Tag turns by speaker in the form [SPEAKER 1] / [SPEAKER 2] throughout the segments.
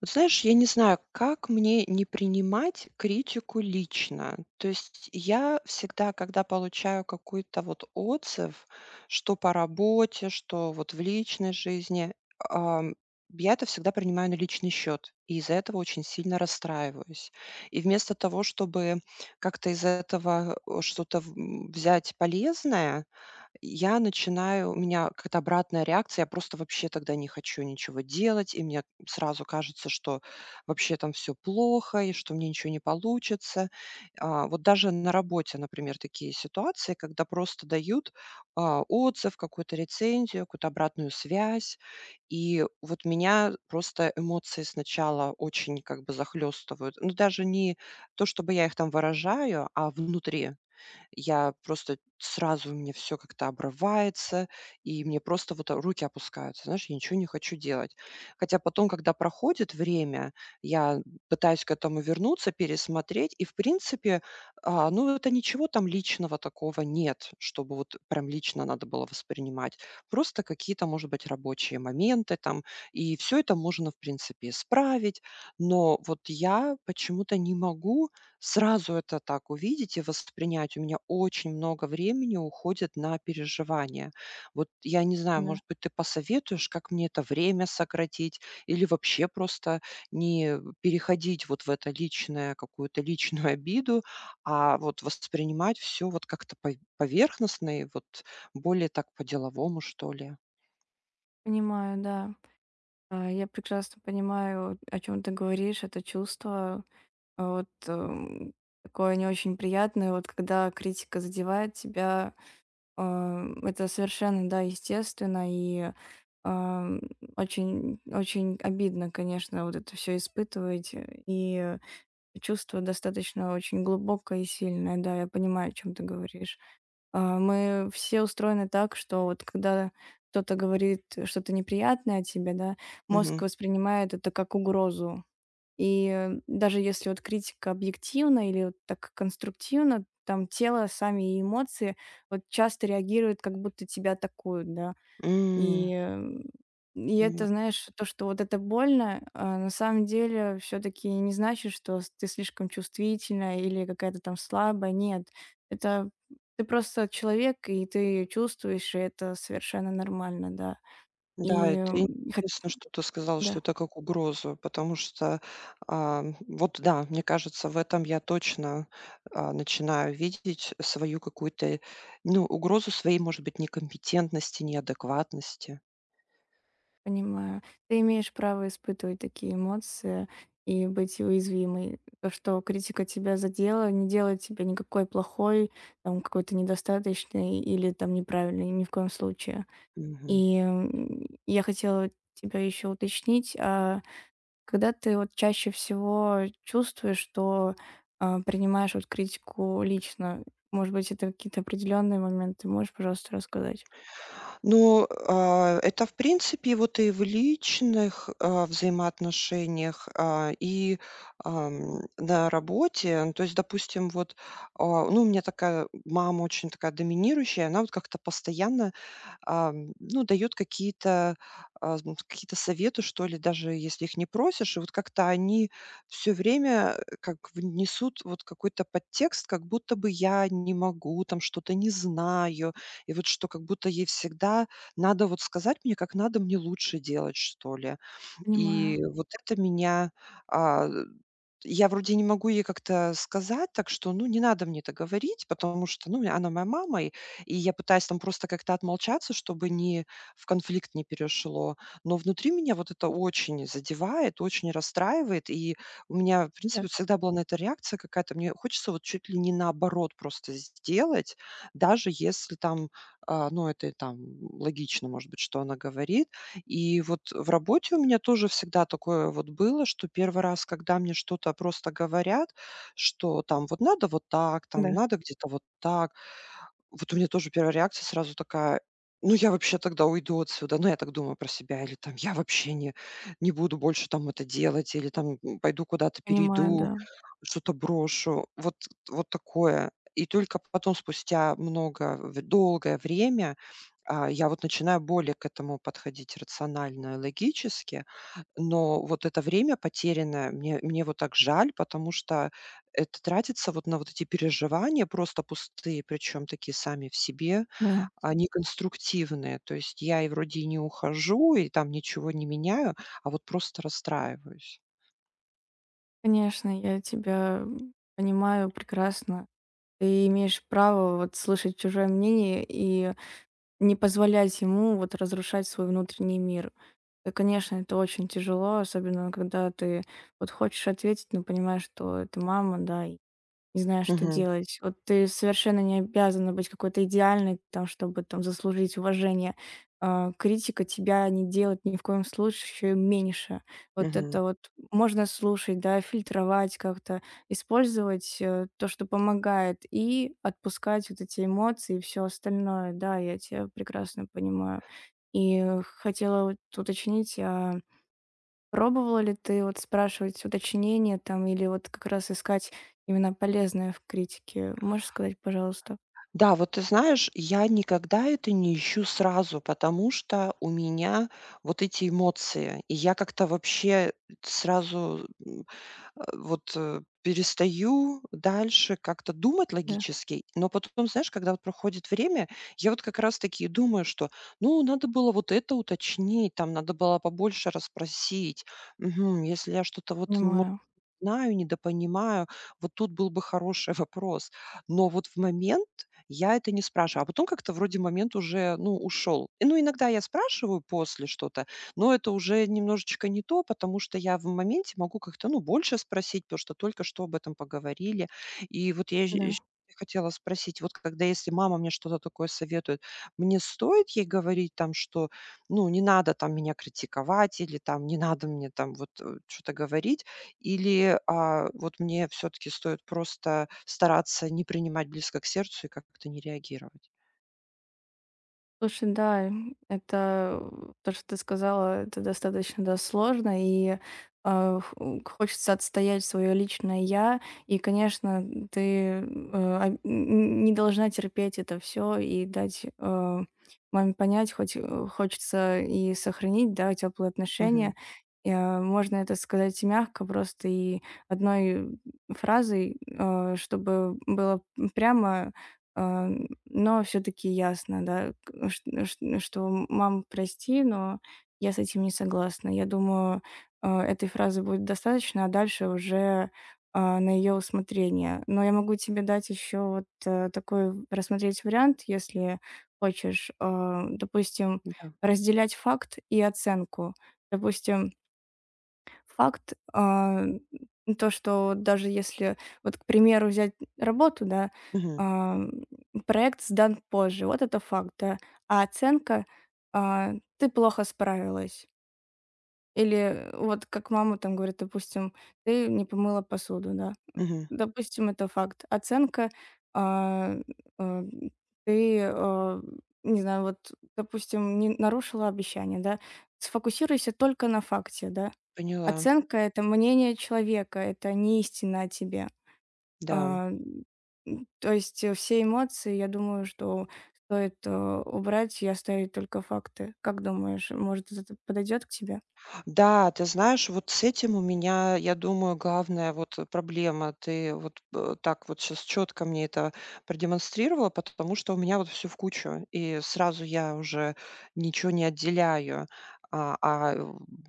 [SPEAKER 1] Вот знаешь, я не знаю, как мне не принимать критику лично. То есть я всегда, когда получаю какой-то вот отзыв, что по работе, что вот в личной жизни, ам, я это всегда принимаю на личный счет, и из-за этого очень сильно расстраиваюсь. И вместо того, чтобы как-то из этого что-то взять полезное, я начинаю у меня какая-то обратная реакция, я просто вообще тогда не хочу ничего делать, и мне сразу кажется, что вообще там все плохо, и что мне ничего не получится. А, вот даже на работе, например, такие ситуации, когда просто дают, а, отзыв, какую-то рецензию, какую-то обратную связь. И вот меня просто эмоции сначала очень как бы захлестывают. Ну, даже не то, чтобы я их там выражаю, а внутри. Я просто сразу У меня все как-то обрывается, и мне просто вот, руки опускаются. Знаешь, я ничего не хочу делать. Хотя потом, когда проходит время, я пытаюсь к этому вернуться, пересмотреть. И, в принципе, а, ну, это ничего там личного такого нет, чтобы вот прям лично надо было воспринимать. Просто какие-то, может быть, рабочие моменты там. И все это можно, в принципе, исправить. Но вот я почему-то не могу сразу это так увидеть и воспринять. У меня очень много времени уходит на переживания. Вот я не знаю,
[SPEAKER 2] Да,
[SPEAKER 1] может быть, ты посоветуешь, как мне это время сократить или вообще просто не переходить вот в это личное, какую-то личную обиду, а вот воспринимать все вот как-то поверхностно и вот более так по-деловому, что ли.
[SPEAKER 2] понимаю, да. Я прекрасно понимаю, о чем ты говоришь, это чувство а, вот эм, такое не очень приятное, вот когда критика задевает тебя. Это совершенно, да, естественно и ам, очень, очень обидно, конечно, вот это все испытывать, и чувство достаточно очень глубокое и сильное, да, я понимаю, о чем ты говоришь. Мы все устроены так, что вот когда кто-то говорит что-то неприятное о тебе, да, мозг
[SPEAKER 1] Мгм.
[SPEAKER 2] воспринимает это как угрозу. Даже если вот критика объективна или вот так конструктивна, там тело, сами эмоции вот часто реагируют, как будто тебя атакуют, да.
[SPEAKER 1] М,
[SPEAKER 2] И, м, и
[SPEAKER 1] понимаю.
[SPEAKER 2] это, знаешь, то, что вот это больно, на самом деле все таки не значит, что с ты слишком чувствительная или какая-то там слабая. Нет, это ты просто человек, и ты чувствуешь, и это совершенно нормально, да.
[SPEAKER 1] Да,
[SPEAKER 2] И,
[SPEAKER 1] это
[SPEAKER 2] м, хот
[SPEAKER 1] интересно, что ты сказала, что
[SPEAKER 2] Да,
[SPEAKER 1] это как угрозу, потому что, а, вот да, мне кажется, в этом я точно, начинаю видеть свою какую-то, ну, угрозу своей, может быть, некомпетентности, неадекватности.
[SPEAKER 2] понимаю. Ты имеешь право испытывать такие эмоции и быть уязвимой. То, что критика тебя задела, не делает тебя никакой плохой, там, какой-то недостаточный или там неправильный ни в коем случае.
[SPEAKER 1] Мгм.
[SPEAKER 2] Я хотела тебя еще уточнить, когда ты вот чаще всего чувствуешь, что, принимаешь вот критику лично? Может быть, это какие-то определенные моменты? Можешь, пожалуйста, рассказать?
[SPEAKER 1] Ну, а, это, в принципе, вот и в личных, взаимоотношениях, а, и, на работе. Ну, то есть, допустим, вот, а, ну, у меня такая мама очень такая доминирующая, она вот как-то постоянно ну, дает какие-то, какие-то советы, что ли, даже если их не просишь. И вот как-то они все время, как внесут вот какой-то подтекст, как будто бы я не могу, там что-то не знаю. И вот что как будто ей всегда надо вот сказать мне, как надо мне лучше делать, что ли. И
[SPEAKER 2] Понимаю.
[SPEAKER 1] вот это меня, а я вроде не могу ей как-то сказать, так что, ну, не надо мне это говорить, потому что, ну, она моя мама, и я пытаюсь там просто как-то отмолчаться, чтобы не в конфликт не перешло. Но внутри меня вот это очень задевает, очень расстраивает, и у меня, в
[SPEAKER 2] Да,
[SPEAKER 1] принципе, всегда была на это реакция какая-то. Мне хочется вот чуть ли не наоборот просто сделать, даже если там, а, ну, это и там логично, может быть, что она говорит, и вот в работе у меня тоже всегда такое вот было, что первый раз, когда мне что-то просто говорят, что там вот надо вот так, там
[SPEAKER 2] да.
[SPEAKER 1] надо где-то вот так. Вот у меня тоже первая реакция сразу такая: "Ну, я вообще тогда уйду отсюда". Ну, я так думаю про себя. Или там: "Я вообще не буду больше там это делать". Или там: "М, пойду куда-то
[SPEAKER 2] Понимаю,
[SPEAKER 1] перейду".
[SPEAKER 2] да.
[SPEAKER 1] Что-то брошу, вот такое. И только потом, спустя много в долгое время, я вот начинаю более к этому подходить рационально и логически. Но вот это время потерянное, мне вот так жаль, потому что это тратится вот на вот эти переживания просто пустые, причем такие сами в себе,
[SPEAKER 2] Да.
[SPEAKER 1] они конструктивные. То есть я и вроде и не ухожу, и там ничего не меняю, а вот просто расстраиваюсь.
[SPEAKER 2] Конечно, я тебя понимаю прекрасно. Ты имеешь право вот слышать чужое мнение и не позволять ему вот разрушать свой внутренний мир. И, конечно, это очень тяжело, особенно когда ты вот хочешь ответить, но понимаешь, что это мама, да, не знаю, что
[SPEAKER 1] Мгм,
[SPEAKER 2] делать. Вот ты совершенно не обязана быть какой-то идеальной, там, чтобы там заслужить уважение. Критика тебя не делает ни в коем случае меньше. Вот
[SPEAKER 1] мгм.
[SPEAKER 2] это вот можно слушать, да, фильтровать как-то, использовать то, что помогает, и отпускать вот эти эмоции и все остальное. Да, я тебя прекрасно понимаю. И хотела вот уточнить, пробовала ли ты вот спрашивать уточнения там или вот как раз искать именно полезное в критике? Можешь сказать, пожалуйста?
[SPEAKER 1] Да, вот ты знаешь, я никогда это не ищу сразу, потому что у меня вот эти эмоции, и я как-то вообще сразу перестаю дальше как-то думать
[SPEAKER 2] Да,
[SPEAKER 1] логически, но потом, знаешь, когда вот проходит время, я вот как раз-таки и думаю, что, ну, надо было вот это уточнить, там, надо было побольше расспросить. Мгм, если я что-то вот
[SPEAKER 2] понимаю.
[SPEAKER 1] знаю, недопонимаю. Вот тут был бы хороший вопрос. Но вот в момент я это не спрашиваю, а потом как-то вроде момент уже, ну, ушел. И, ну, иногда я спрашиваю после что-то, но это уже немножечко не то, потому что я в моменте могу как-то, ну, больше спросить, потому что только что об этом поговорили. И вот я
[SPEAKER 2] Да.
[SPEAKER 1] ещё хотела спросить, вот когда если мама мне что-то такое советует, мне стоит ей говорить там, что, ну, не надо там меня критиковать или там не надо мне там вот, что-то говорить? Или, а, вот мне все таки стоит просто стараться не принимать близко к сердцу и как-то не реагировать?
[SPEAKER 2] Слушай, да, это то, что ты сказала, это достаточно, да, сложно, и хочется отстоять свое личное я, и, конечно, ты э, не должна терпеть это все и дать маме понять, хоть хочется и сохранить, да, теплые
[SPEAKER 1] Мгм.
[SPEAKER 2] отношения. Можно это сказать и мягко, просто и одной фразой, чтобы было прямо, э, но все таки ясно, да, к ш ш что: "Мам, прости, но я с этим не согласна". Я думаю, этой фразы будет достаточно, а дальше уже, на ее усмотрение. Но я могу тебе дать еще вот, такой рассмотреть вариант, если хочешь. Э, допустим,
[SPEAKER 1] Да.
[SPEAKER 2] разделять факт и оценку. Допустим, факт, то, что вот даже если, вот, к примеру, взять работу, да,
[SPEAKER 1] Мгм.
[SPEAKER 2] ам, проект сдан позже, вот это факт, да, а оценка, ты плохо справилась. Или вот как мама там говорит, допустим, ты не помыла посуду, да.
[SPEAKER 1] Мгм.
[SPEAKER 2] Допустим, это факт. Оценка, а, а, ты, не знаю, вот, допустим, не нарушила обещание, да, сфокусируйся только на факте, да.
[SPEAKER 1] Поняла.
[SPEAKER 2] Оценка — это мнение человека, это не истина о тебе.
[SPEAKER 1] Да.
[SPEAKER 2] А, м, То есть, все эмоции, я думаю, что стоит, убрать и оставить только факты. Как думаешь, может, это подойдет к тебе?
[SPEAKER 1] Да, ты знаешь, вот с этим у меня, я думаю, главная вот проблема. Ты вот так вот сейчас четко мне это продемонстрировала, потому что у меня вот все в кучу, и сразу я уже ничего не отделяю. А, а, э,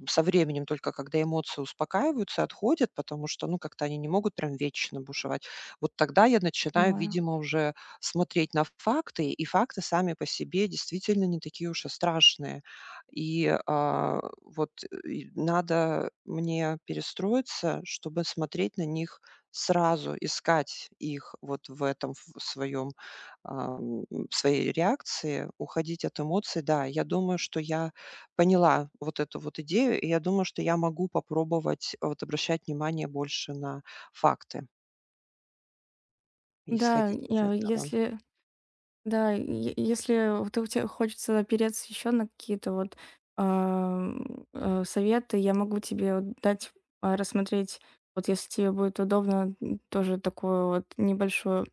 [SPEAKER 1] Со временем только, когда эмоции успокаиваются, отходят, потому что, ну, как-то они не могут прям вечно бушевать. Вот тогда я начинаю,
[SPEAKER 2] Понимаю.
[SPEAKER 1] видимо, уже смотреть на факты, и факты сами по себе действительно не такие уж и страшные и, а, вот, и надо мне перестроиться, чтобы смотреть на них сразу, искать их вот в этом в своем, ам, своей реакции, уходить от эмоций. Да, я думаю, что я поняла вот эту вот идею, и я думаю, что я могу попробовать вот обращать внимание больше на факты и
[SPEAKER 2] Да,
[SPEAKER 1] исходить из
[SPEAKER 2] я
[SPEAKER 1] этого.
[SPEAKER 2] если Да, и е если вот у тебя хочется опереться еще на какие-то вот, советы, я могу тебе вот дать, рассмотреть, вот если тебе будет удобно, тоже такую вот небольшую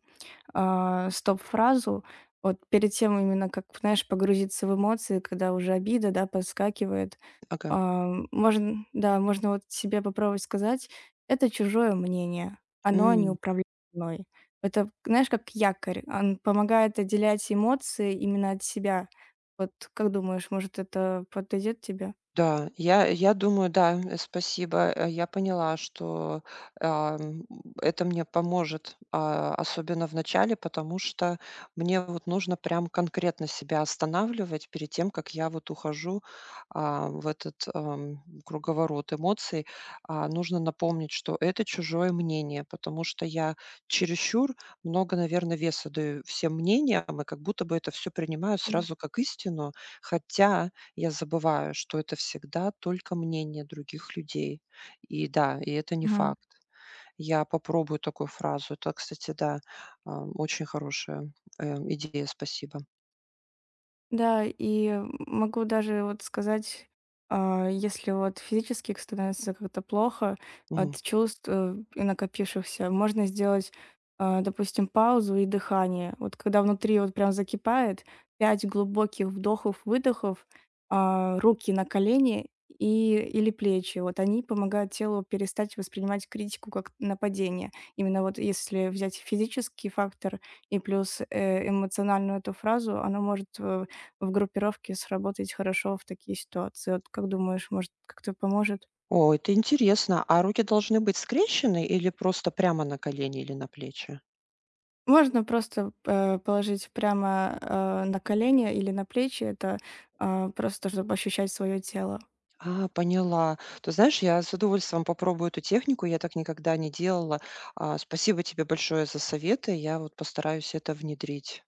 [SPEAKER 2] стоп-фразу. Вот перед тем именно, как, знаешь, погрузиться в эмоции, когда уже обида, да, подскакивает,
[SPEAKER 1] Ага.
[SPEAKER 2] можно, да, можно вот себе попробовать сказать: "Это чужое мнение, оно не управляет мной". Это, знаешь, как якорь, он помогает отделять эмоции именно от себя. Вот как думаешь, может, это подойдет тебе?
[SPEAKER 1] Да, я думаю, да, спасибо. Я поняла, что, ам, это мне поможет, а, особенно в начале, потому что мне вот нужно прям конкретно себя останавливать перед тем, как я вот ухожу, а, в этот, круговорот эмоций. А, нужно напомнить, что это чужое мнение, потому что я чересчур много, наверное, веса даю всем мнениям и как будто бы это все принимаю
[SPEAKER 2] Да.
[SPEAKER 1] сразу как истину. Хотя я забываю, что это всегда только мнение других людей. И да, и это не факт. Я попробую такую фразу. Это, кстати, да, а, очень хорошая, идея, спасибо.
[SPEAKER 2] Да, и могу даже вот сказать, если вот физически становится как-то плохо
[SPEAKER 1] Мгм.
[SPEAKER 2] от чувств и накопившихся, можно сделать, допустим, паузу и дыхание. Вот когда внутри вот прям закипает, пять глубоких вдохов, выдохов, руки на колени и, или плечи. Вот они помогают телу перестать воспринимать критику как нападение. Именно вот если взять физический фактор и плюс эмоциональную эту фразу, она может в группировке сработать хорошо в такие ситуации. Вот как думаешь, может, как-то поможет?
[SPEAKER 1] О, это интересно. А руки должны быть скрещены или просто прямо на колени или на плечи?
[SPEAKER 2] Можно просто, положить прямо, на колени или на плечи. Это, просто чтобы ощущать свое тело.
[SPEAKER 1] А, поняла. Ты знаешь, я с удовольствием попробую эту технику. Я так никогда не делала. А, спасибо тебе большое за советы. Я вот постараюсь это внедрить.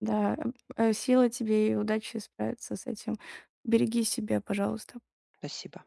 [SPEAKER 2] Да, сила тебе и удачи справиться с этим. Береги себя, пожалуйста.
[SPEAKER 1] Спасибо.